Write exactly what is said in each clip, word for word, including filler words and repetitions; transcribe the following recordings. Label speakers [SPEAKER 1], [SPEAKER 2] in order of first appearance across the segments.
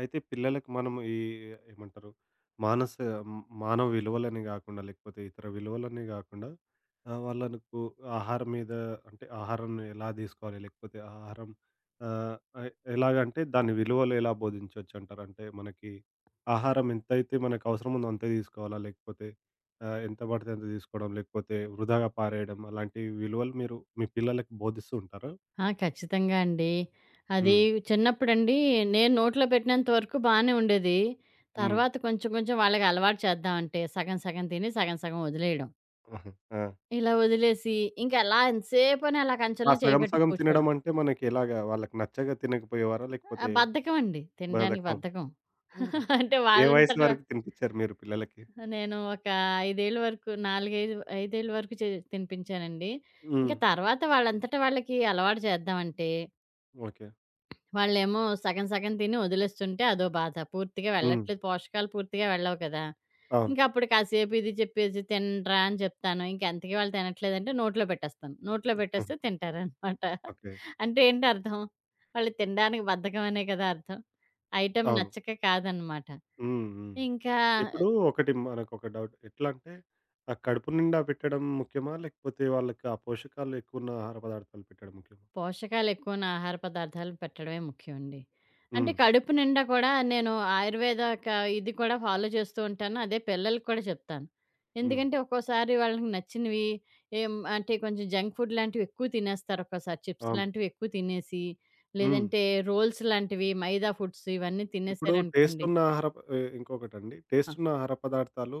[SPEAKER 1] అయితే పిల్లలకి మనం ఈ ఏమంటారు? మానస మానవ విలువలని గాకుండా, లేకపోతే ఇతర విలువలని గాకుండా ఆహ్, వాళ్ళకు ఆహారం మీద అంటే ఆహారాన్ని ఎలా దీసుకోవాలి? లేకపోతే ఆహారం ఆహ్, ఎ ఎలాగంటే దాని విలువలు ఎలా బోధించొచ్చంటారు? అంటే మనకి ఆహారం ఎంతైతే మనకు అవసరముందో అంతే దీసుకోవాలా? లేకపోతే ఆహ్, ఎంత బడితే అంత దీసుకోవడం, లేకపోతే వృధాగా పారేయడం అలాంటి విలువలు మీరు మీ పిల్లలకి బోధిస్తూ ఉంటారా?
[SPEAKER 2] ఆ! ఖచ్చితంగా అండి. అది
[SPEAKER 1] హ్మ్.
[SPEAKER 2] చిన్నప్పుడండి నేను నోట్లో పెట్టినంత వరకు బానే ఉండేది.
[SPEAKER 1] హ్మ్.
[SPEAKER 2] తర్వాత కొంచెం కొంచెం వాళ్ళకి అలవాటు చేద్దామంటే సగం సగం తిని సగం సగం వదిలేయడం.
[SPEAKER 1] ఆహా! ఆ!
[SPEAKER 2] ఇలా వదిలేసి ఇంకా అలా ఎంతసేపని అలా
[SPEAKER 1] ఆ
[SPEAKER 2] కంచంలో చేయి
[SPEAKER 1] సగం
[SPEAKER 2] పెట్టి
[SPEAKER 1] సగం తినడం
[SPEAKER 2] కూర్చోవడం.
[SPEAKER 1] అంటే మనకెలాగా? వాళ్ళకి నచ్చక తినకపోయేవారా?
[SPEAKER 2] ఆ!
[SPEAKER 1] లేకపోతే
[SPEAKER 2] బద్ధకం అండి. తినడానికి
[SPEAKER 1] బద్ధకం.
[SPEAKER 2] బద్ధకం. అంటే
[SPEAKER 1] ఏ వయసు
[SPEAKER 2] వాళ్ళంతట
[SPEAKER 1] వరకు తినిపిచ్చారు మీరు పిల్లలకి?
[SPEAKER 2] నేను ఒక ఐదు ఏళ్ళ వరకు నాలుగు, ఐదు, ఐదు ఏళ్ళ వరకు చే తినిపించానండి. ఇంకా
[SPEAKER 1] హ్మ్.
[SPEAKER 2] తర్వాత వాళ్ళంతట వాళ్ళకి అలవాటు చేద్దామంటే
[SPEAKER 1] ఓకే.
[SPEAKER 2] వాళ్ళేమో సగం సగం తిని వదిలేస్తుంటే అదో బాధ. పూర్తిగా
[SPEAKER 1] హ్మ్.
[SPEAKER 2] వెళ్ళట్లేదు. పోషకాలు పూర్తిగా వెళ్ళవు కదా!
[SPEAKER 1] అవును.
[SPEAKER 2] ఇంకప్పుడు కాసేపు ఇది చెప్పేసి తినరా అని చెప్తాను. ఇంకెంతకీ వాళ్ళు తినట్లేదంటే నోట్లో పెట్టేస్తాను. నోట్లో
[SPEAKER 1] ఉమ్,
[SPEAKER 2] పెట్టేస్తే తింటారనమాట.
[SPEAKER 1] ఓకే.
[SPEAKER 2] అంటే ఏంటి అర్థం? వాళ్ళు తినడానికి బద్ధకం అనే కదా అర్థం. ఐటెమ్
[SPEAKER 1] అవును.
[SPEAKER 2] నచ్చక కాదనమాట.
[SPEAKER 1] హ్మ్. హ్మ్.
[SPEAKER 2] ఇంకా
[SPEAKER 1] ఇప్పుడు ఒకటి మనకొక డౌట్. ఎట్లా అంటే ఆ కడుపు నిండా పెట్టడం ముఖ్యమా? లేకపోతే వాళ్ళకి ఆ పోషకాలు ఎక్కువున్న ఆహార పదార్థాలు పెట్టడం ముఖ్యమా?
[SPEAKER 2] పోషకాలెక్కువున్న ఆహార పదార్థాలు పెట్టడమే ముఖ్యమండి. అంటే
[SPEAKER 1] హ్మ్.
[SPEAKER 2] కడుపు నిండా కూడా నేను ఆయుర్వేద క ఇది కూడా ఫాలో చేస్తూ ఉంటాను. అదే పిల్లలకి కూడా చెప్తాను.
[SPEAKER 1] హ్మ్.
[SPEAKER 2] ఎందుకంటే ఒక్కోసారి వాళ్ళకి నచ్చినవి ఏం అంటే కొంచెం జంక్ ఫుడ్ లాంటివి ఎక్కువ తినేస్తారు ఒక్కోసారి. చిప్స్
[SPEAKER 1] అవును.
[SPEAKER 2] లాంటివి ఎక్కువ తినేసి,
[SPEAKER 1] హ్మ్.
[SPEAKER 2] లేదంటే రోల్స్ లాంటివి మైదా ఫుడ్స్ ఇవన్నీ
[SPEAKER 1] ఇప్పుడు టేస్ట్
[SPEAKER 2] తినేసారనుకోండి
[SPEAKER 1] ఉన్న ఆహార ప ఎ ఇంకొకటండి.
[SPEAKER 2] ఆ!
[SPEAKER 1] టేస్ట్ ఉన్న ఆహార పదార్థాలు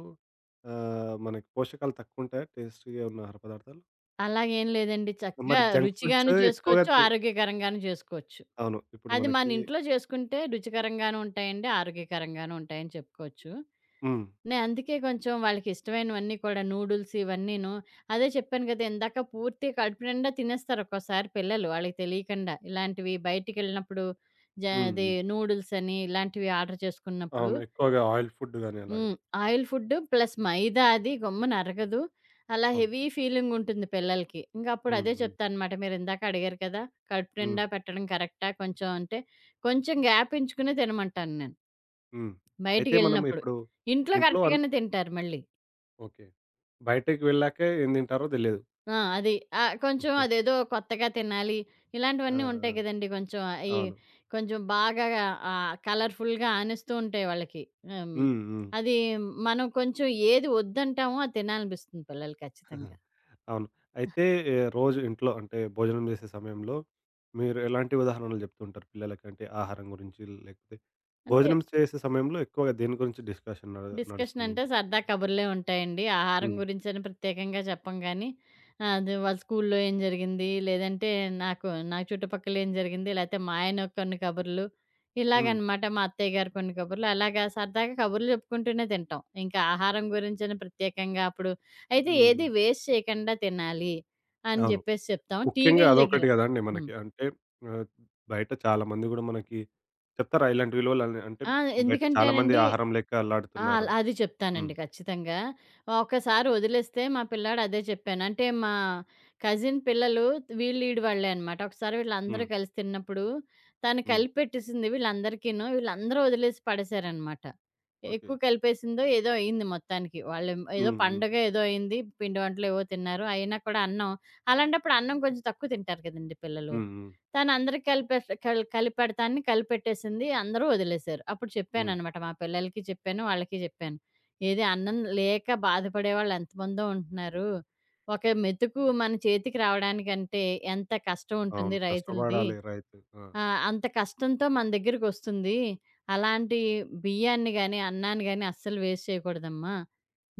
[SPEAKER 1] ఆహ్, మనకి పోషకాలు తక్కువ ఉంటాయా? టేస్టీ‌గా ఉన్న ఆహార పదార్థాలు?
[SPEAKER 2] అలాగేం లేదండి. చక్కగా
[SPEAKER 1] మరి జంక్ ఫుడ్స్
[SPEAKER 2] రుచిగాను
[SPEAKER 1] ఎక్కువగా
[SPEAKER 2] చేసుకోవచ్చు,
[SPEAKER 1] తి
[SPEAKER 2] ఆరోగ్యకరంగాను చేసుకోవచ్చు.
[SPEAKER 1] అవును. ఇప్పుడు
[SPEAKER 2] అది మన
[SPEAKER 1] మనకి
[SPEAKER 2] ఇంట్లో చేసుకుంటే రుచికరంగాను ఉంటాయండి, ఆరోగ్యకరంగాను ఉంటాయని చెప్పుకోవచ్చు.
[SPEAKER 1] హ్మ్.
[SPEAKER 2] నేను అందుకే కొంచెం వాళ్ళకి ఇష్టమైనవన్నీ కూడా నూడిల్స్ ఇవన్నీను. అదే చెప్పాను కదా! ఇందాక పూర్తిగా కడుపు నిండా తినేస్తారు ఒక్కోసారి పిల్లలు వాళ్ళకి తెలియకుండా. ఇలాంటివి బయటికెళ్ళినప్పుడు జ
[SPEAKER 1] హ్మ్.
[SPEAKER 2] అది
[SPEAKER 1] హ్మ్.
[SPEAKER 2] నూడిల్స్ అని ఇలాంటివి ఆర్డర్ చేసుకున్నప్పుడు
[SPEAKER 1] అవును. ఎక్కువగా ఆయిల్ ఫుడ్ గాని అలాగా.
[SPEAKER 2] హ్మ్. ఆయిల్ ఫుడ్ ప్లస్ మైదా అది గమ్మున అరగదు. అలా
[SPEAKER 1] అవును.
[SPEAKER 2] హెవీ ఫీలింగ్ ఉంటుంది పిల్లలకి. ఇంక అప్పుడు
[SPEAKER 1] హ్మ్.
[SPEAKER 2] అదే
[SPEAKER 1] హ్మ్.
[SPEAKER 2] చెప్తానమాట. మీరిందాక అడిగారు కదా! కడుపు
[SPEAKER 1] హ్మ్.
[SPEAKER 2] నిండా పెట్టడం కరెక్టా కొంచెం అంటే, కొంచెం గ్యాప్ ఇచ్చుకునే తినమంటాను నేను.
[SPEAKER 1] హ్మ్. అయితే మనం
[SPEAKER 2] బయటికెళ్ళినప్పుడు.
[SPEAKER 1] ఇప్పుడు
[SPEAKER 2] ఇంట్లో
[SPEAKER 1] ఇంట్లో అన్
[SPEAKER 2] కరెక్ట్‌గానే తింటారు మళ్ళీ.
[SPEAKER 1] ఓకే. బయటకి వెళ్ళాకే ఏం తింటారో తెలియదు.
[SPEAKER 2] ఆ! అది. ఆహ్, కొంచెం అదేదో కొత్తగా తినాలి.
[SPEAKER 1] ఆ!
[SPEAKER 2] ఇలాంటివన్నీ ఉంటాయి
[SPEAKER 1] ఆ!
[SPEAKER 2] గదండీ కొంచెం ఈ
[SPEAKER 1] అవును.
[SPEAKER 2] కొంచెం బాగా ఆహ్, కలర్‌ఫుల్‌గా ఆనిస్తూ ఉంటాయి వాళ్ళకి. హ్మ్.
[SPEAKER 1] హ్మ్. హ్మ్.
[SPEAKER 2] అది మనం కొంచెం ఏది వద్దంటామో అది తినాలనిపిస్తుంది పిల్లలకి ఖచ్చితంగా.
[SPEAKER 1] అవును. అయితే ఆహ్, రోజు ఇంట్లో అంటే భోజనం చేసే సమయంలో మీరు ఎలాంటి ఉదాహరణలు చెప్తుంటారు పిల్లలకి? అంటే ఆహారం గురించి లేకపోతే
[SPEAKER 2] అంటే
[SPEAKER 1] భోజనం చేసే సమయంలో ఎక్కువగా దేని గురించి డిస్కషన్ నడు
[SPEAKER 2] డిస్కషన్
[SPEAKER 1] నడుస్తుంది మీ
[SPEAKER 2] అంటే
[SPEAKER 1] ఇంట్లో?
[SPEAKER 2] సరదా కబుర్లే ఉంటాయండి. ఆహారం
[SPEAKER 1] హ్మ్.
[SPEAKER 2] గురించని ప్రత్యేకంగా చెప్పం గానీ, ఆహ్, అది వాళ్ళ స్కూల్లో ఏం జరిగింది, లేదంటే నాకు నా చుట్టుపక్కల ఏం జరిగింది, లేతే మా ఆయన కొన్ని కబుర్లు,
[SPEAKER 1] హ్మ్.
[SPEAKER 2] ఇలాగనమాట. మా అత్తయ్య గారు కొన్ని కబుర్లు, అలాగా సరదాగా కబుర్లు చెప్పుకుంటూనే తింటాం. ఇంకా ఆహారం గురించని ప్రత్యేకంగా అప్పుడు అయితే
[SPEAKER 1] హ్మ్.
[SPEAKER 2] ఏది
[SPEAKER 1] హ్మ్.
[SPEAKER 2] వేస్ట్ చేయకండా తినాలి అని
[SPEAKER 1] అవును.
[SPEAKER 2] జెప్పేసి చెప్తాం.
[SPEAKER 1] ముఖ్యంగా
[SPEAKER 2] టీవీల దగ్గర
[SPEAKER 1] అదొకటి కదండీ
[SPEAKER 2] హ్మ్.
[SPEAKER 1] మనకి. అంటే ఆహ్, బయట చాలామంది గూడా మనకి చెప్తారా ఇలాంటి విలువలని? అంటే
[SPEAKER 2] ఆ!
[SPEAKER 1] బయట చాలామంది
[SPEAKER 2] ఎందుకంటేనండి
[SPEAKER 1] ఆహారం లేక
[SPEAKER 2] ఆ!
[SPEAKER 1] అల్లాడుతున్నారు.
[SPEAKER 2] అలా అది
[SPEAKER 1] హ్మ్.
[SPEAKER 2] చెప్తానండి ఖచ్చితంగా. ఒకసారి వదిలేస్తే మా పిల్లాడు అదే చెప్పాను. అంటే మా కజిన్ పిల్లలు వీళ్ళు ఈడు వాళ్ళే అనమాట. ఒకసారి వీళ్ళందరూ
[SPEAKER 1] హ్మ్.
[SPEAKER 2] కలిసి తిన్నప్పుడు తను
[SPEAKER 1] హ్మ్.
[SPEAKER 2] కలిపెట్టేసింది వీళ్ళందరికీను. వీళ్ళందరూ వదిలేసి పడేశారనమాట.
[SPEAKER 1] ఓకే.
[SPEAKER 2] ఎక్కువ కలిపేసిందో ఏదో అయింది మొత్తానికి. వాళ్ళు ఏదో
[SPEAKER 1] హ్మ్. హ్మ్.
[SPEAKER 2] పండగ ఏదో అయింది. పిండి వంటలు ఏవో తిన్నారు. అయినా కూడా అన్నం అలాంటప్పుడు అన్నం కొంచెం తక్కువ తింటారు కదండీ పిల్లలు.
[SPEAKER 1] హ్మ్. హ్మ్.
[SPEAKER 2] తనందరికి కలిపేస్ కల్ కలిపెడతాన్ని కలిపెట్టేసింది. అందరూ వదిలేసారు. అప్పుడు
[SPEAKER 1] హ్మ్.
[SPEAKER 2] చెప్పాననమాట. మా పిల్లలకి చెప్పాను. వాళ్ళకి చెప్పాను. "ఏది అన్నం లేక బాధపడే వాళ్ళు ఎంతమందో ఉంటున్నారు. ఒక మెతుకు మన చేతికి రావడానికంటే ఎంత కష్టం ఉంటుంది
[SPEAKER 1] అవును.
[SPEAKER 2] రైతులది.
[SPEAKER 1] కష్టపడాలి రైతు. ఆ!
[SPEAKER 2] ఆ! అంత కష్టంతో మన దగ్గరికొస్తుంది. అలాంటి బియ్యాన్ని గాని, అన్నాన్ని గాని అస్సలు వేస్ట్ చేయకూడదమ్మా.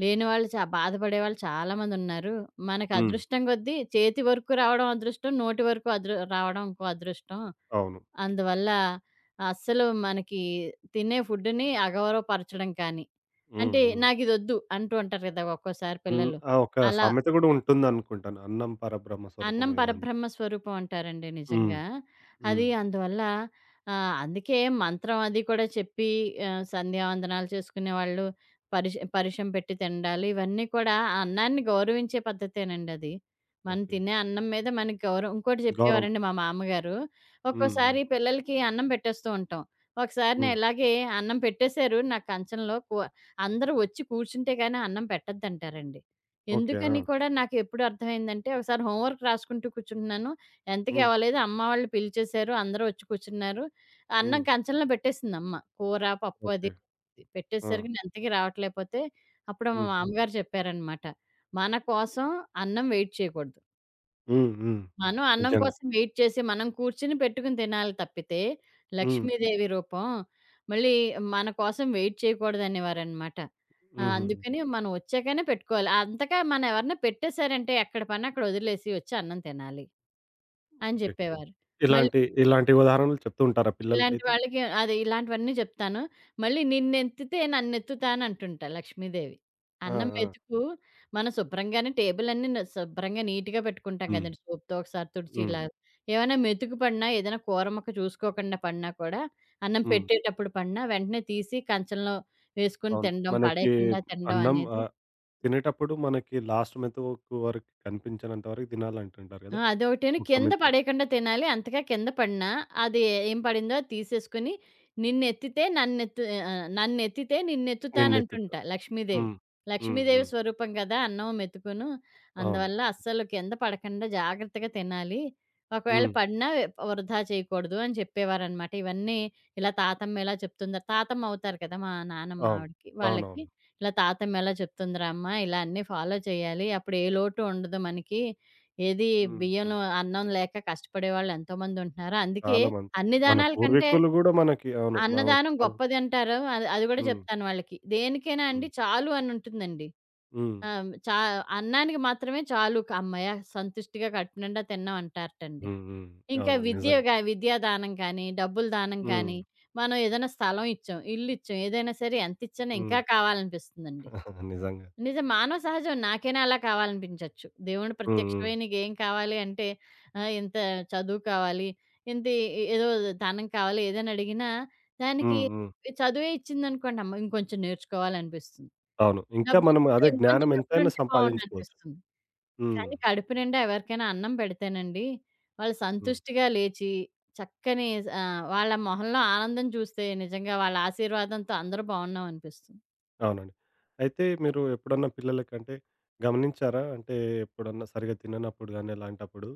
[SPEAKER 2] లేని వాళ్ళు చా బాధపడేవాళ్ళు చాలామందున్నారు. మనకు
[SPEAKER 1] హ్మ్.
[SPEAKER 2] అదృష్టం కొద్దీ చేతి వరకు రావడం అదృష్టం. నోటి వరకు అదృ రావడం ఇంకో అదృష్టం.
[SPEAKER 1] అవును.
[SPEAKER 2] అందువల్ల అస్సలు మనకి తినే ఫుడ్‌ని అగౌరవపరచడం కానీ,
[SPEAKER 1] హ్మ్.
[SPEAKER 2] అంటే
[SPEAKER 1] హ్మ్.
[SPEAKER 2] నాకిదొద్దు అంటూ ఉంటారు కదా! ఒక్కోసారి
[SPEAKER 1] హ్మ్.
[SPEAKER 2] పిల్లలు.
[SPEAKER 1] ఆ! ఒక
[SPEAKER 2] అలా
[SPEAKER 1] సామెత గూడా ఉంటుందనుకుంటాను. అన్నం పరబ్రహ్మ
[SPEAKER 2] అన్నం
[SPEAKER 1] స్వరూపమే ఏదో అని.
[SPEAKER 2] పరబ్రహ్మ స్వరూపం అంటారండి
[SPEAKER 1] హ్మ్.
[SPEAKER 2] నిజంగా.
[SPEAKER 1] హ్మ్.
[SPEAKER 2] అది అందువల్ల ఆహ్, అందుకే మంత్రం అది కూడా చెప్పి ఆహ్, సంధ్యావందనాలు చేసుకునేవాళ్ళు పరిష పరిషం పెట్టి తిండాలు ఇవన్నీ కూడా ఆ అన్నాన్ని గౌరవించే పద్ధతేనండి అది. మనం
[SPEAKER 1] ఓకే.
[SPEAKER 2] తినే అన్నం మీద మనకి గౌరవం ఇంకోటి
[SPEAKER 1] గౌరవం.
[SPEAKER 2] చెప్పేవారండి మా మామగారు.
[SPEAKER 1] హ్మ్. హ్మ్.
[SPEAKER 2] ఒక్కోసారి పిల్లలకి అన్నం పెట్టేస్తూ ఉంటాం. ఒకసారి నేను
[SPEAKER 1] హ్మ్.
[SPEAKER 2] ఇలాగే అన్నం పెట్టేశారు నా కంచంలో. కు అందరూ వచ్చి కూర్చుంటే గాని అన్నం పెట్టొద్దంటారండి.
[SPEAKER 1] ఓకే. ఆ!
[SPEAKER 2] ఎందుకని కూడా నాకెప్పుడు అర్థమైందంటే, ఒకసారి హోంవర్క్ రాసుకుంటూ కూర్చుంటున్నాను. ఎంతకీ
[SPEAKER 1] హ్మ్.
[SPEAKER 2] అవ్వలేదు. అమ్మ వాళ్ళు పిలిచేశారు. అందరూ వచ్చి కూర్చున్నారు. అన్నం
[SPEAKER 1] హ్మ్.
[SPEAKER 2] కంచంలో పెట్టేసిందమ్మ. కూర, పప్పు అది
[SPEAKER 1] ఓకే. ఆ!
[SPEAKER 2] పెట్టేసరికి నేను ఎంతకీ రావట్లేకపోతే, అప్పుడు మా
[SPEAKER 1] హ్మ్.
[SPEAKER 2] మామగారు చెప్పారనమాట. మన కోసం అన్నం వెయిట్ చేయకూడదు.
[SPEAKER 1] హ్మ్. హ్మ్.
[SPEAKER 2] మనం అన్నం
[SPEAKER 1] నిజంగా.
[SPEAKER 2] కోసం వెయిట్ చేసి, మనం కూర్చొని పెట్టుకొని తినాలి తప్పితే,
[SPEAKER 1] హ్మ్.
[SPEAKER 2] లక్ష్మీదేవి రూపం మళ్ళీ మన కోసం వెయిట్ చేయకూడదనేవారనమాట. ఆ!
[SPEAKER 1] హుహుహు.
[SPEAKER 2] అందుకని మనం వచ్చాకనే పెట్టుకోవాలి. అంతగా మనం ఎవరైనా పెట్టేసారంటే ఎక్కడ పని అక్కడ వదిలేసి వచ్చి అన్నం తినాలి అని
[SPEAKER 1] ఓకే.
[SPEAKER 2] చెప్పేవారు. మళ్ళీ
[SPEAKER 1] ఇలాంటి ఇలాంటి ఉదాహరణలు చెప్తూ ఉంటారా
[SPEAKER 2] ఇలాంటి
[SPEAKER 1] పిల్లలకైతే?
[SPEAKER 2] వాళ్ళకి అదే ఇలాంటివన్నీ చెప్తాను. మళ్ళీ నిన్నెత్తితే నన్నెత్తుతా అనంటుంటా లక్ష్మీదేవి.
[SPEAKER 1] ఆ!
[SPEAKER 2] అన్నం
[SPEAKER 1] ఆ!
[SPEAKER 2] మెతుకు మనం శుభ్రంగానే టేబులన్నీ న శుభ్రంగా నీట్‌గా పెట్టుకుంటాం
[SPEAKER 1] హ్మ్.
[SPEAKER 2] గదండీ. సోప్‌తో ఒకసారి తుడిచి
[SPEAKER 1] హ్మ్.
[SPEAKER 2] ఇలా. ఏమైనా మెతుకు పడినా, ఏదైనా కూర ముక్క చూసుకోకుండా పడినా కూడా, అన్నం
[SPEAKER 1] హ్మ్.
[SPEAKER 2] పెట్టేటప్పుడు పడినా వెంటనే తీసి కంచంలో వేసుకొని
[SPEAKER 1] అవును.
[SPEAKER 2] తినడం,
[SPEAKER 1] మనకి
[SPEAKER 2] పడేయకుండా తినడం
[SPEAKER 1] అన్నం
[SPEAKER 2] అనేది
[SPEAKER 1] ఆహ్, తినేటప్పుడు మనకి లాస్ట్ మెతుకు వరకు కనిపించనంత వరకు తినాలంటుంటారు
[SPEAKER 2] ఆ!
[SPEAKER 1] గదా!
[SPEAKER 2] అదొకటేను
[SPEAKER 1] ఒక్క
[SPEAKER 2] కింద
[SPEAKER 1] మెతుకు.
[SPEAKER 2] పడేయకుండా తినాలి. అంతగా కింద పడినా అది ఏం పడిందో అది తీసేసుకొని, నిన్నెత్తితే నన్నెత్తు ఆహ్, నన్నెత్తితే
[SPEAKER 1] నిన్నెత్తుతా.
[SPEAKER 2] నిన్నెత్తుతానంటుంటా లక్ష్మీదేవి.
[SPEAKER 1] హ్మ్. హ్మ్.
[SPEAKER 2] లక్ష్మీదేవి
[SPEAKER 1] హ్మ్.
[SPEAKER 2] స్వరూపం కదా! అన్నం, మెతుకును.
[SPEAKER 1] అవును.
[SPEAKER 2] అందువల్ల అస్సలు కింద పడకుండా జాగ్రత్తగా తినాలి. ఒకవేళ
[SPEAKER 1] హ్మ్.
[SPEAKER 2] పడినా వె- వృధా చేయకూడదు అని చెప్పేవారనమాట. ఇవన్నీ ఇలా తాతమ్మ ఇలా చెప్తుందా తాతమ్మ అవుతారు కదా! మా నానమ్మ
[SPEAKER 1] అవును.
[SPEAKER 2] ఆవిడకి. వాళ్ళకి
[SPEAKER 1] అవునవును.
[SPEAKER 2] ఇలా తాతమ్మ ఇలా చెప్తుందిరా అమ్మ, ఇలా అన్నీ ఫాలో చేయాలి. అప్పుడు ఏ లోటు ఉండదు మనకి. ఏది
[SPEAKER 1] హ్మ్.
[SPEAKER 2] బియ్యంలో
[SPEAKER 1] హ్మ్.
[SPEAKER 2] అన్నం లేక కష్టపడేవాళ్ళు ఎంతోమంది ఉంటున్నారు. అందుకే
[SPEAKER 1] చాలా మంది.
[SPEAKER 2] అన్ని
[SPEAKER 1] మన
[SPEAKER 2] దానాల కంటే
[SPEAKER 1] పూర్వీకులు గూడా మనకి అవును. మనం
[SPEAKER 2] అన్నదానం
[SPEAKER 1] చెప్పాలంటే
[SPEAKER 2] గొప్పదంటారు. అది అది గూడా
[SPEAKER 1] హ్మ్.
[SPEAKER 2] చెప్తాను వాళ్ళకి. దేనికైనా అండి
[SPEAKER 1] హ్మ్.
[SPEAKER 2] చాలు అని ఉంటుందండి.
[SPEAKER 1] హ్మ్.
[SPEAKER 2] ఆహ్, చా అన్నానికి మాత్రమే చాలు హమ్మయ్య! సంతుష్టిగా కడుపు నిండా తిన్నాం అంటారటండి.
[SPEAKER 1] హ్మ్. హ్మ్.
[SPEAKER 2] ఇంకా
[SPEAKER 1] అవును.
[SPEAKER 2] విద్య
[SPEAKER 1] నిజంగా.
[SPEAKER 2] గా విద్యా దానం కానీ, డబ్బుల దానం
[SPEAKER 1] హ్మ్.
[SPEAKER 2] కానీ, మనం ఏదైనా స్థలం ఇచ్చాం, ఇల్లు ఇచ్చాం, ఏదైనా సరే ఎంత ఇచ్చినా ఇంకా
[SPEAKER 1] హ్మ్.
[SPEAKER 2] కావాలనిపిస్తుందండి.
[SPEAKER 1] నిజంగా.
[SPEAKER 2] నిజం. మానవ సహజం. నాకైనా అలా కావాలనిపించొచ్చు. దేవుడు
[SPEAKER 1] హ్మ్. హ్మ్.
[SPEAKER 2] ప్రత్యక్షమై నీకేం కావాలి అంటే, ఆహ్, ఇంత చదువు కావాలి, ఇంత ఎ ఏదో దానం కావాలి, ఏదైనా అడిగినా దానికి
[SPEAKER 1] హ్మ్. హ్మ్.
[SPEAKER 2] చదువే ఇచ్చిందనుకోండి, అమ్మ ఇంకొంచెం నేర్చుకోవాలనిపిస్తుంది.
[SPEAKER 1] అవును. ఇంకా మనం
[SPEAKER 2] డబ్బులిస్తే
[SPEAKER 1] అదే
[SPEAKER 2] ఇంకొంచెం
[SPEAKER 1] జ్ఞానం ఎంతైనా
[SPEAKER 2] డబ్బులుంటే
[SPEAKER 1] సంపాదించుకోవచ్చు.
[SPEAKER 2] బావుండనిపిస్తుంది.
[SPEAKER 1] హ్మ్.
[SPEAKER 2] కానీ కడుపు నిండా ఎవరికైనా అన్నం పెడితేనండి, వాళ్ళు
[SPEAKER 1] హ్మ్.
[SPEAKER 2] సంతుష్టిగా లేచి చక్కని ఆహ్, వాళ్ళ మొహంలో ఆనందం చూస్తే నిజంగా వాళ్ళ ఆశీర్వాదంతో అందరూ బావున్నామనిపిస్తుంది.
[SPEAKER 1] అవునండి. అయితే మీరు ఎప్పుడన్నా పిల్లలకంటే గమనించారా? అంటే ఎప్పుడన్నా సరిగ్గా తిననప్పుడు గాని అలాంటప్పుడు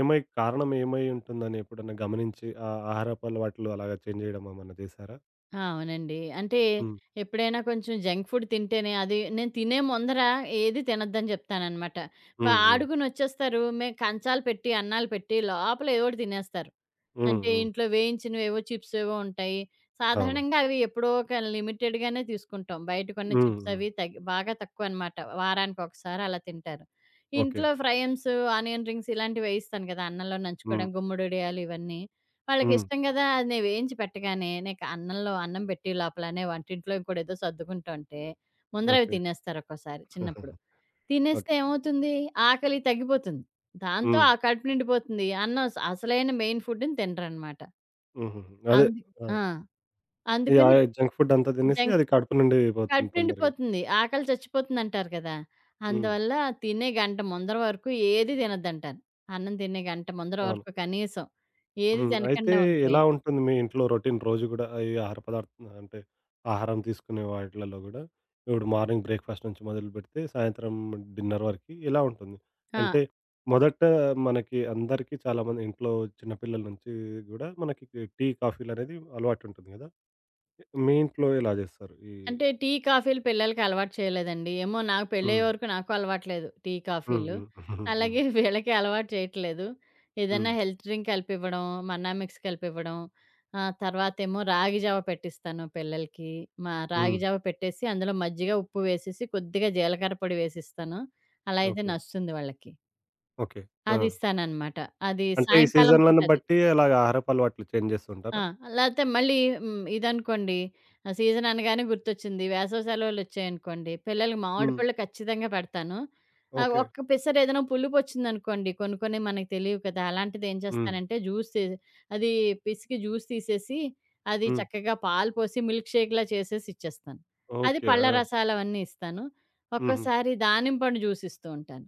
[SPEAKER 1] ఏమై కారణం ఏమై ఉంటుందని ఎప్పుడన్నా గమనించి ఆ ఆహారపు అలవాట్లు అలాగా చేంజ్ చేయడం ఏమన్నా చేశారా?
[SPEAKER 2] ఆ! అవునండి. అంటే
[SPEAKER 1] హ్మ్.
[SPEAKER 2] ఎప్పుడైనా కొంచెం జంక్ ఫుడ్ తింటేనే అది నేను తినే ముందర ఏది తినొద్దని చెప్తాననమాట. బా
[SPEAKER 1] హ్మ్. హ్మ్.
[SPEAKER 2] ఆడుకునొచ్చేస్తారు. మే కంచాలు పెట్టి, అన్నాలు పెట్టి లోపల ఏదోకటి తినేస్తారు.
[SPEAKER 1] హ్మ్.
[SPEAKER 2] అంటే
[SPEAKER 1] హ్మ్.
[SPEAKER 2] ఇంట్లో వేయించినవేవో చిప్స్ ఏవో ఉంటాయి.
[SPEAKER 1] అవును.
[SPEAKER 2] సాధారణంగా అవి ఎప్పుడో ఒక లిమిటెడ్ గానే తీసుకుంటాం. బయట కొన్న
[SPEAKER 1] హ్మ్.
[SPEAKER 2] చిప్స్
[SPEAKER 1] హ్మ్.
[SPEAKER 2] అవి తగ్ బాగా తక్కువనమాట. వారానికొకసారి అలా తింటారు.
[SPEAKER 1] ఓకే.
[SPEAKER 2] ఇంట్లో ఫ్రైఎమ్స్, ఆనియన్ రింగ్స్ ఇలాంటివి వేయిస్తాను కదా! అన్నంలో
[SPEAKER 1] హ్మ్.
[SPEAKER 2] నంచుకోవడం, గుమ్మడొడియాలు ఇవన్నీ.
[SPEAKER 1] హ్మ్.
[SPEAKER 2] వాళ్ళకిష్టం గదా! అది నేను వేయించి పెట్టగానే నీకు అన్నంలో అన్నం పెట్టే లోపలనే వంటింట్లో ఇంకోటేదో సర్దుకుంటుంటే ముందర అవి
[SPEAKER 1] ఓకే.
[SPEAKER 2] తినేస్తారు ఒక్కోసారి చిన్నప్పుడు. తినేస్తే
[SPEAKER 1] ఓకే.
[SPEAKER 2] ఏమవుతుంది? ఆకలి తగ్గిపోతుంది. దాంతో
[SPEAKER 1] హ్మ్.
[SPEAKER 2] ఆ కడుపు నిండిపోతుంది. అన్నం స్ అసలైన మెయిన్ ఫుడ్‌ని తినరనమాట.
[SPEAKER 1] హుహుహు. అదే.
[SPEAKER 2] అందు
[SPEAKER 1] ఆ!
[SPEAKER 2] ఆ!
[SPEAKER 1] ఈ
[SPEAKER 2] అందుకని
[SPEAKER 1] ఆహ్, జంక్ ఫుడ్ అంతా తినేసి
[SPEAKER 2] జంక్
[SPEAKER 1] అది కడుపు నిండిపోతుంది
[SPEAKER 2] కడుపు
[SPEAKER 1] తొందరగా.
[SPEAKER 2] నిండిపోతుంది. ఆకలి చచ్చిపోతుందంటారు కదా!
[SPEAKER 1] హ్మ్.
[SPEAKER 2] అందువల్ల తినే గంట ముందర వరకు ఏది తినొద్దంటారు. అన్నం తినే గంట ముందర
[SPEAKER 1] అవును.
[SPEAKER 2] వరకు కనీసం ఏది
[SPEAKER 1] హ్మ్. అయితే
[SPEAKER 2] తినకుండా ఉంటే
[SPEAKER 1] ఎలా ఉంటుంది మీ ఇంట్లో రొటీన్ రోజు గూడా? ఈ ఆహార పదార్థం అంటే ఆహారం తీసుకునే వాటిలలో గూడా ఇప్పుడు మార్నింగ్ బ్రేక్‌ఫాస్ట్ నుంచి మొదలుపెడితే సాయంత్రం డిన్నర్ వరకి ఎలా ఉంటుంది?
[SPEAKER 2] ఆ!
[SPEAKER 1] అంటే మొదట మనకి అందరికీ చాలామంది ఇంట్లో చిన్న పిల్లల నుంచి గూడా మనకి టీ, కాఫీలనేది అలవాటుంటుంది గదా! మీ ఇంట్లో ఎలా జేస్తారు? ఈ
[SPEAKER 2] అంటే టీ, కాఫీలు పిల్లలకి అలవాటు చేయలేదండి. ఏమో నాకు పెళ్ళయ్యే
[SPEAKER 1] హ్మ్.
[SPEAKER 2] వరకు నాకు అలవాట్లేదు టీ,
[SPEAKER 1] హ్మ్.
[SPEAKER 2] కాఫీలు.
[SPEAKER 1] హ్మ్. హ్మ్.
[SPEAKER 2] అలాగే వీళ్ళకి అలవాటు చేయట్లేదు. ఏదన్నా
[SPEAKER 1] హ్మ్.
[SPEAKER 2] హెల్త్ డ్రింక్ కలిపివ్వడం, మన్నా మిక్స్ కలిపివ్వడం. ఆహ్, తర్వాతేమో రాగి జావ పెట్టిస్తాను పిల్లలకి. మా రాగి
[SPEAKER 1] హ్మ్.
[SPEAKER 2] జావ పెట్టేసి అందులో మజ్జిగ, ఉప్పు వేసేసి కొద్దిగా జీలకర్ర పొడి వేసిస్తాను. అలా అయితే
[SPEAKER 1] ఓకే.
[SPEAKER 2] నచ్చుతుంది వాళ్ళకి.
[SPEAKER 1] ఓకే. ఆ!
[SPEAKER 2] అదిస్తాననమాట. అది
[SPEAKER 1] అంటే ఈ
[SPEAKER 2] సాయంకాలం పూట
[SPEAKER 1] సీజన్‌లను
[SPEAKER 2] అది.
[SPEAKER 1] బట్టి అలాగ ఆహారపు అలవాట్లు చేంజ్ జేస్తూ
[SPEAKER 2] ఆ!
[SPEAKER 1] ఉంటారా?
[SPEAKER 2] లేతే మళ్ళీ హ్మ్. ఇదనుకోండి ఆ సీజన్ అనగానే గుర్తొచ్చింది. వేసవి సెలవులొచ్చాయనుకోండి, పిల్లలకి మామిడి
[SPEAKER 1] హ్మ్.
[SPEAKER 2] పళ్ళు ఖచ్చితంగా పెడతాను. ఆహ్,
[SPEAKER 1] ఓకే.
[SPEAKER 2] ఒక్క పిసరు ఏదైనా పులుపొచ్చిందనుకోండి, కొన్ని కొన్ని మనకు తెలియవు కదా! అలాంటిది ఏం
[SPEAKER 1] హ్మ్.
[SPEAKER 2] చేస్తానంటే జ్యూస్ చేసి అది పిసికి జ్యూస్ తీసేసి, అది
[SPEAKER 1] హ్మ్.
[SPEAKER 2] చక్కగా పాలు పోసి మిల్క్ షేక్‌లా చేసేసి ఇచ్చేస్తాను. అది
[SPEAKER 1] ఓకే.
[SPEAKER 2] పళ్ళ
[SPEAKER 1] ఆ!
[SPEAKER 2] రసాలవన్నీ ఇస్తాను.
[SPEAKER 1] హుహు.
[SPEAKER 2] ఒక్కోసారి దానిమ్మ పండు జ్యూస్ ఇస్తూ ఉంటాను.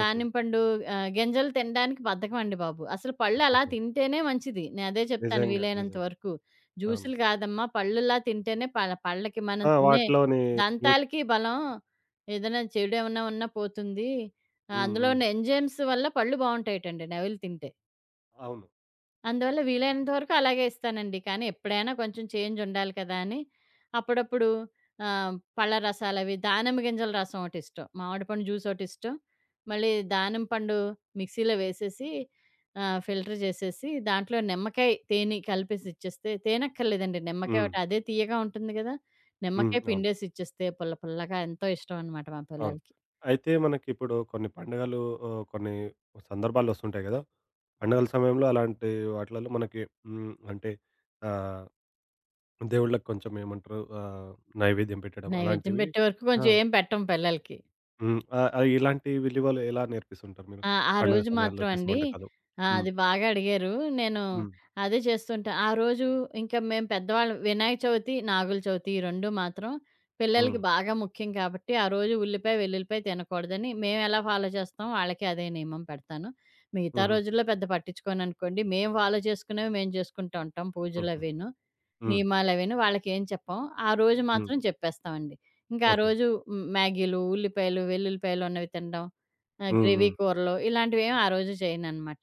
[SPEAKER 1] ఓకే.
[SPEAKER 2] పండు ఆహ్, గింజలు తినడానికి బద్ధకమండి బాబు. అసలు పళ్ళు అలా
[SPEAKER 1] హుహు.
[SPEAKER 2] తింటేనే మంచిది. నేనదే చెప్తాను
[SPEAKER 1] నిజంగా.
[SPEAKER 2] వీలైనంత
[SPEAKER 1] నిజంగా.
[SPEAKER 2] వరకు.
[SPEAKER 1] అవును.
[SPEAKER 2] జ్యూసులు కాదమ్మా పళ్ళులా తింటేనే పళ్ళ పళ్ళకి మనం
[SPEAKER 1] ఆ!
[SPEAKER 2] తినే
[SPEAKER 1] వాటిలోని న్యూట్
[SPEAKER 2] దంతాలకి బలం. ఏదైనా చెడేమన్నా ఉన్నా పోతుంది. ఆహ్,
[SPEAKER 1] హ్మ్.
[SPEAKER 2] అందులో
[SPEAKER 1] హ్మ్.
[SPEAKER 2] ఉన్న ఎంజైమ్స్ వల్ల పళ్ళు బావుంటాయటండి నవిలు తింటే.
[SPEAKER 1] అవును.
[SPEAKER 2] అందువల్ల వీలైనంత వరకు అలాగే ఇస్తానండి. కానీ ఎప్పుడైనా కొంచెం చేంజ్ ఉండాలి కదా! అని అప్పుడప్పుడు ఆహ్, పళ్ళ రసాలవి దానిమ్మ గింజల రసం ఒకటిష్టం. మామిడి పండు జ్యూస్ ఒకటిష్టం. మళ్ళీ దానిమ్మ పండు మిక్సీలో వేసేసి ఆహ్, ఫిల్టర్ చేసేసి దాంట్లో నిమ్మకాయ, తేనె కలిపేసి ఇచ్చేస్తే తేనక్కర్లేదండి నిమ్మకాయ
[SPEAKER 1] హ్మ్.
[SPEAKER 2] ఒకటి అదే తీయగా ఉంటుంది గదా!
[SPEAKER 1] హ్మ్.
[SPEAKER 2] నిమ్మకాయ
[SPEAKER 1] అవును.
[SPEAKER 2] పిండేసి ఇచ్చేస్తే పుల్ల పుల్లగా ఎంతో ఇష్టం అనమాట మా
[SPEAKER 1] అవును.
[SPEAKER 2] పిల్లలకి.
[SPEAKER 1] అయితే మనకిప్పుడు కొన్ని పండుగలు ఆహ్, కొన్ని సందర్భాలొస్తుంటాయి గదా! పండుగల సమయంలో అలాంటి వాటిలలో మనకి హ్మ్. అంటే ఆహ్, దేవుళ్ళకి కొంచెం ఏమంటారు ఆహ్, నైవేద్యం పెట్టడం
[SPEAKER 2] నైవేద్యం
[SPEAKER 1] అలాంటివి.
[SPEAKER 2] పెట్టే వరకు
[SPEAKER 1] ఆ!
[SPEAKER 2] కొంచెం ఏం పెట్టం పిల్లలకి.
[SPEAKER 1] హ్మ్. ఆహ్, ఆహ్, ఇలాంటి విలువలు ఎలా నేర్పిస్తుంటారు మీరు?
[SPEAKER 2] ఆ! ఆ
[SPEAKER 1] పండుగ
[SPEAKER 2] రోజు
[SPEAKER 1] సమయాల్లో
[SPEAKER 2] మాత్రం
[SPEAKER 1] చేసే
[SPEAKER 2] అండి
[SPEAKER 1] వంటకాలు?
[SPEAKER 2] ఆ!
[SPEAKER 1] హ్మ్.
[SPEAKER 2] అది బాగా అడిగారు. నేను
[SPEAKER 1] హ్మ్.
[SPEAKER 2] అదే చేస్తుంటా. ఆ రోజు ఇంకా మేము పెద్దవాళ్ళం వినాయక చవితి, నాగుల చవితి ఈ రెండు మాత్రం పిల్లలకి
[SPEAKER 1] హ్మ్.
[SPEAKER 2] బాగా ముఖ్యం కాబట్టి, ఆ రోజు ఉల్లిపాయ, వెల్లుల్లిపాయ తినకూడదని మేమెలా ఫాలో చేస్తామో వాళ్ళకి అదే నియమం పెడతాను. మిగతా
[SPEAKER 1] హుహు.
[SPEAKER 2] రోజుల్లో పెద్ద పట్టించుకోననుకోండి. మేము ఫాలో చేసుకునేవి మేము చేసుకుంటూ ఉంటాం
[SPEAKER 1] హుహు.
[SPEAKER 2] పూజలవీను,
[SPEAKER 1] హ్మ్.
[SPEAKER 2] నియమాలవీను వాళ్ళకేం చెప్పం. ఆ రోజు
[SPEAKER 1] హ్మ్.
[SPEAKER 2] మాత్రం చెప్పేస్తామండి. ఇంకా ఆ
[SPEAKER 1] ఓకే.
[SPEAKER 2] రోజు మ్యాగీలు, ఉల్లిపాయలు, వెల్లుల్లిపాయలు ఉన్నవి తినడం ఆ!
[SPEAKER 1] హ్మ్.
[SPEAKER 2] గ్రేవీ
[SPEAKER 1] హ్మ్.
[SPEAKER 2] కూరలు ఇలాంటివేమి ఆ రోజు చేయననమాట.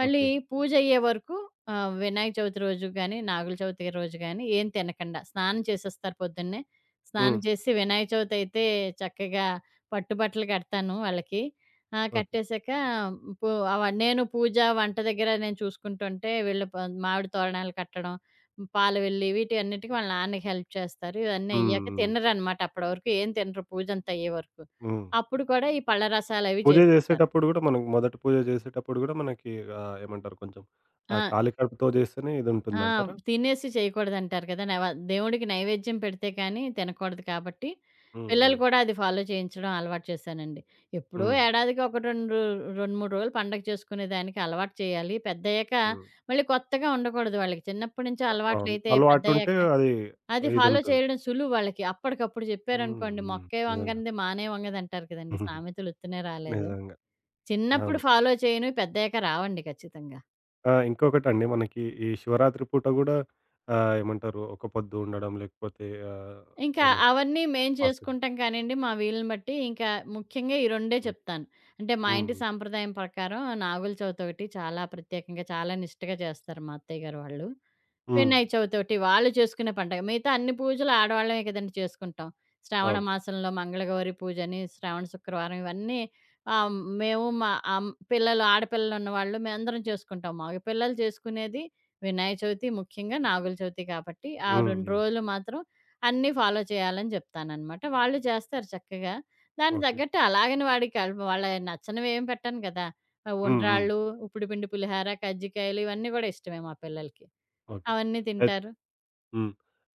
[SPEAKER 2] మళ్ళీ
[SPEAKER 1] ఓకే.
[SPEAKER 2] పూజయ్యే వరకు ఆహ్, వినాయక చవితి రోజు గాని, నాగుల చవితి రోజు గాని ఏం తినకండా స్నానం చేసేస్తారు పొద్దున్నే. స్నానం
[SPEAKER 1] హ్మ్.
[SPEAKER 2] చేసి వినాయక చవితయితే చక్కగా పట్టు బట్టలు కడతాను వాళ్ళకి. ఆ!
[SPEAKER 1] ఓకే.
[SPEAKER 2] కట్టేసాక పూ అవ నేను పూజ, వంట దగ్గర నేను చూసుకుంటుంటే వీళ్ళు ప మామిడి తోరణాలు కట్టడం, పాలు వెళ్ళి వీటి అన్నిటికి వాళ్ళ నాన్నకి హెల్ప్ చేస్తారు. ఇవన్నీ
[SPEAKER 1] హ్మ్.
[SPEAKER 2] అయ్యాక
[SPEAKER 1] హ్మ్.
[SPEAKER 2] తినరనమాట అప్పటి వరకు ఏం తినరు పూజంతయ్యే వరకు.
[SPEAKER 1] హ్మ్.
[SPEAKER 2] అప్పుడు కూడా ఈ పళ్ళ రసాలవి
[SPEAKER 1] పూజ
[SPEAKER 2] చేసిస్తారు.
[SPEAKER 1] చేసేటప్పుడు గూడా మనకు మొదటి పూజ చేసేటప్పుడు గూడా మనకి ఆహ్, ఏమంటారు కొంచెం ఆ
[SPEAKER 2] ఆ!
[SPEAKER 1] ఖాళీ కడుపుతో చేస్తేనే
[SPEAKER 2] ఆ!
[SPEAKER 1] ఇదుంటుందంటారా?
[SPEAKER 2] తినేసి చేయకూడదంటారు కదా! నైవ దేవుడికి నైవేద్యం పెడితే కానీ తినకూడదు కాబట్టి,
[SPEAKER 1] హ్మ్.
[SPEAKER 2] పిల్లలు
[SPEAKER 1] హ్మ్.
[SPEAKER 2] కూడా అది ఫాలో చేయించడం అలవాటు చేశానండి. ఎప్పుడో
[SPEAKER 1] హ్మ్.
[SPEAKER 2] ఏడాదికి ఒక రెండు రెండు, మూడు రోజులు పండగ చేసుకునేదానికి అలవాటు చేయాలి. పెద్దయ్యాక
[SPEAKER 1] హ్మ్.
[SPEAKER 2] మళ్ళీ కొత్తగా ఉండకూడదు వాళ్ళకి. చిన్నప్పటి నుంచి
[SPEAKER 1] అ అవును.
[SPEAKER 2] అలవాట్లయితే
[SPEAKER 1] అలవాటుంటే
[SPEAKER 2] పెద్దయ్యాక
[SPEAKER 1] అది
[SPEAKER 2] అది ఫాలో
[SPEAKER 1] ఇదుంటుంది.
[SPEAKER 2] చేయడం సులువు వాళ్ళకి. అప్పటికప్పుడు
[SPEAKER 1] హ్మ్.
[SPEAKER 2] చెప్పారనుకోండి,
[SPEAKER 1] హ్మ్.
[SPEAKER 2] "మొక్కే
[SPEAKER 1] నిజంగా.
[SPEAKER 2] వంగనిది మానే వంగదంటారు" కదండీ! సామెతలు ఉత్తినే రాలేదు.
[SPEAKER 1] నిజంగా.
[SPEAKER 2] చిన్నప్పుడు
[SPEAKER 1] అవును.
[SPEAKER 2] ఫాలో చేయనివి పెద్దయ్యాక రావండి ఖచ్చితంగా.
[SPEAKER 1] ఆ! ఇంకొకటండి మనకి ఈ శివరాత్రి పూట గూడా ఆహ్, ఏమంటారు ఒక పొద్దు ఉండడం లేకపోతే ఆహ్,
[SPEAKER 2] ఇంకా
[SPEAKER 1] ఏమంటారు
[SPEAKER 2] అవన్నీ మేం
[SPEAKER 1] ఫాస్టింగ్.
[SPEAKER 2] చేసుకుంటాం కానియండి మా వీలుని బట్టి. ఇంకా ముఖ్యంగా ఈ రెండే
[SPEAKER 1] హ్మ్.
[SPEAKER 2] చెప్తాను. అంటే మా ఇంటి
[SPEAKER 1] హ్మ్.
[SPEAKER 2] సాంప్రదాయం ప్రకారం నాగుల చవితి ఒకటి చాలా ప్రత్యేకంగా, చాలా నిష్టగా చేస్తారు మా అత్తయ్య గారు వాళ్ళు.
[SPEAKER 1] హ్మ్.
[SPEAKER 2] వినాయక చవితొకటి. వాళ్ళు చేసుకునే పండగ. మిగతా అన్ని పూజలు ఆడవాళ్ళమే కదండీ చేసుకుంటాం. శ్రావణ
[SPEAKER 1] అవును.
[SPEAKER 2] మాసంలో మంగళగౌరి పూజని, శ్రావణ శుక్రవారం ఇవన్నీ ఆహ్, మేము మా అమ్ పిల్లలు ఆడపిల్లలున్నవాళ్ళు మేమందరం చేసుకుంటాం. మగపిల్లలు చేసుకునేది వినాయక చవితి, ముఖ్యంగా నాగుల చవితి కాబట్టి, ఆ
[SPEAKER 1] హ్మ్.
[SPEAKER 2] రెండు
[SPEAKER 1] హ్మ్.
[SPEAKER 2] రోజులు మాత్రం అన్నీ ఫాలో చేయాలని చెప్తాననమాట. వాళ్ళు చేస్తారు చక్కగా. దానికి
[SPEAKER 1] ఓకే.
[SPEAKER 2] తగ్గట్టు అలాగని వాడికి అల్ వాళ్ళయి నచ్చనివేం పెట్టను కదా! ఆహ్,
[SPEAKER 1] హ్మ్. హ్మ్.
[SPEAKER 2] ఉండ్రాళ్ళు, ఉప్పుడు పిండి పులిహార, కజ్జికాయలు ఇవన్నీ గూడా ఇష్టమే మా పిల్లలకి.
[SPEAKER 1] ఓకే.
[SPEAKER 2] అవన్నీ
[SPEAKER 1] అయి
[SPEAKER 2] తింటారు.
[SPEAKER 1] హ్మ్.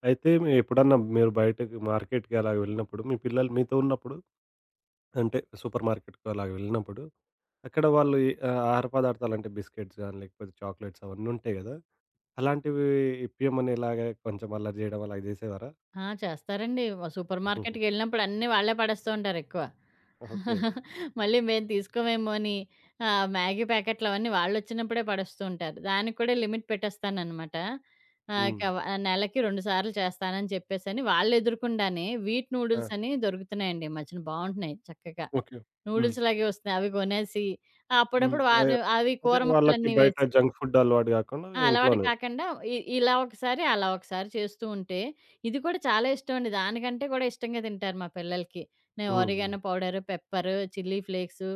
[SPEAKER 1] అయితే మీ ఎప్పుడన్నా మీరు బయటకి మార్కెట్‌కి అలాగ వెళ్ళినప్పుడు, మీ పిల్లలు మీతో ఉన్నప్పుడు అంటే సూపర్ మార్కెట్‌కి అలాగ వెళ్ళినప్పుడు, అక్కడ వాళ్ళు ఈ ఆహ్, ఆహార పదార్థాలు అంటే బిస్కెట్స్ గాని, లేకపోతే చాక్లెట్స్ అవన్నీ ఉంటాయి గదా! అలాంటివి ఇప్పియమని ఇలాగ కొంచెం అల్లరి చేయడం అలాగ చేసేవారా?
[SPEAKER 2] ఆ! చేస్తారండి. వ సూపర్ మార్కెట్‌కెళ్ళినప్పుడు అన్నీ వాళ్ళే పడేస్తూ ఉంటారు ఎక్కువ.
[SPEAKER 1] ఓకే.
[SPEAKER 2] మళ్ళీ మేము తీసుకోమేమో అని ఆహ్, మ్యాగీ ప్యాకెట్లు అవన్నీ వాళ్ళొచ్చినప్పుడే పడేస్తూ ఉంటారు. దానికి కూడా లిమిట్ పెట్టేస్తాననమాట. ఆహ్,
[SPEAKER 1] హ్మ్.
[SPEAKER 2] ఇక వ నెలకి రెండు సార్లు చేస్తానని చెప్పేసని వాళ్ళెదురకుండానే వీట్
[SPEAKER 1] ఆ!
[SPEAKER 2] నూడిల్స్ అని దొరుకుతున్నాయండి ఈ మధ్యన బావుంటున్నాయి చక్కగా.
[SPEAKER 1] ఓకే. హ్మ్.
[SPEAKER 2] నూడిల్స్ లాగే వస్తున్నాయి. అవి కొనేసి ఆ,
[SPEAKER 1] హ్మ్.
[SPEAKER 2] అప్పుడప్పుడు
[SPEAKER 1] అయ్
[SPEAKER 2] వారు అవి
[SPEAKER 1] అదే
[SPEAKER 2] కూర
[SPEAKER 1] వాళ్ళకి
[SPEAKER 2] ముక్కలన్నీ
[SPEAKER 1] బయట
[SPEAKER 2] వేసి
[SPEAKER 1] జంక్ ఫుడ్ అలవాటు గాకుండా
[SPEAKER 2] ఆ! అలవాటు
[SPEAKER 1] ఇంట్లోనే.
[SPEAKER 2] కాకుండా ఇ ఇలా ఒకసారి, అలా ఒకసారి చేస్తూ ఉంటే, ఇది కూడా చాలా ఇష్టం అండి. దానికంటే కూడా ఇష్టంగా తింటారు మా పిల్లలకి. నేను
[SPEAKER 1] హ్మ్. హ్మ్.
[SPEAKER 2] Oregano powder, pepper, chilli flakes,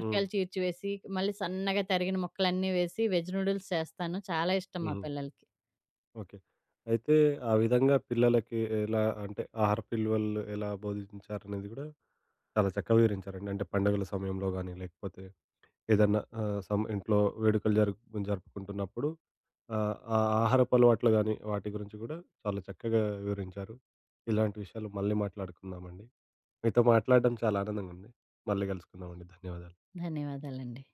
[SPEAKER 1] హ్మ్.
[SPEAKER 2] చీల్చివేసి, మళ్ళీ సన్నగా తరిగిన ముక్కలన్నీ వేసి, వెజ్ నూడిల్స్ చేస్తాను. చాలా ఇష్టం మా
[SPEAKER 1] హుహు.
[SPEAKER 2] పిల్లలకి.
[SPEAKER 1] ఓకే. అయితే ఆ విధంగా పిల్లలకి ఎలా అంటే ఆహార విలువలు ఎలా బోధించారనేది గూడా చాలా చక్కగా వివరించారండి. అంటే పండుగల సమయంలో గానీ, లేకపోతే ఏదన్నా ఆహ్, సం ఇంట్లో వేడుకలు జరుపు జరుపుకుంటున్నప్పుడు ఆహ్, ఆ ఆహారపు అలవాట్లు గానీ, వాటి గురించి గూడా చాలా చక్కగా వివరించారు. ఇలాంటి విషయాలు మళ్ళీ మాట్లాడుకుందామండి. మీతో మాట్లాడడం చాలా ఆనందంగా ఉంది. మళ్ళీ గలుసుకుందామండి. ధన్యవాదాలు.
[SPEAKER 2] ధన్యవాదాలండి.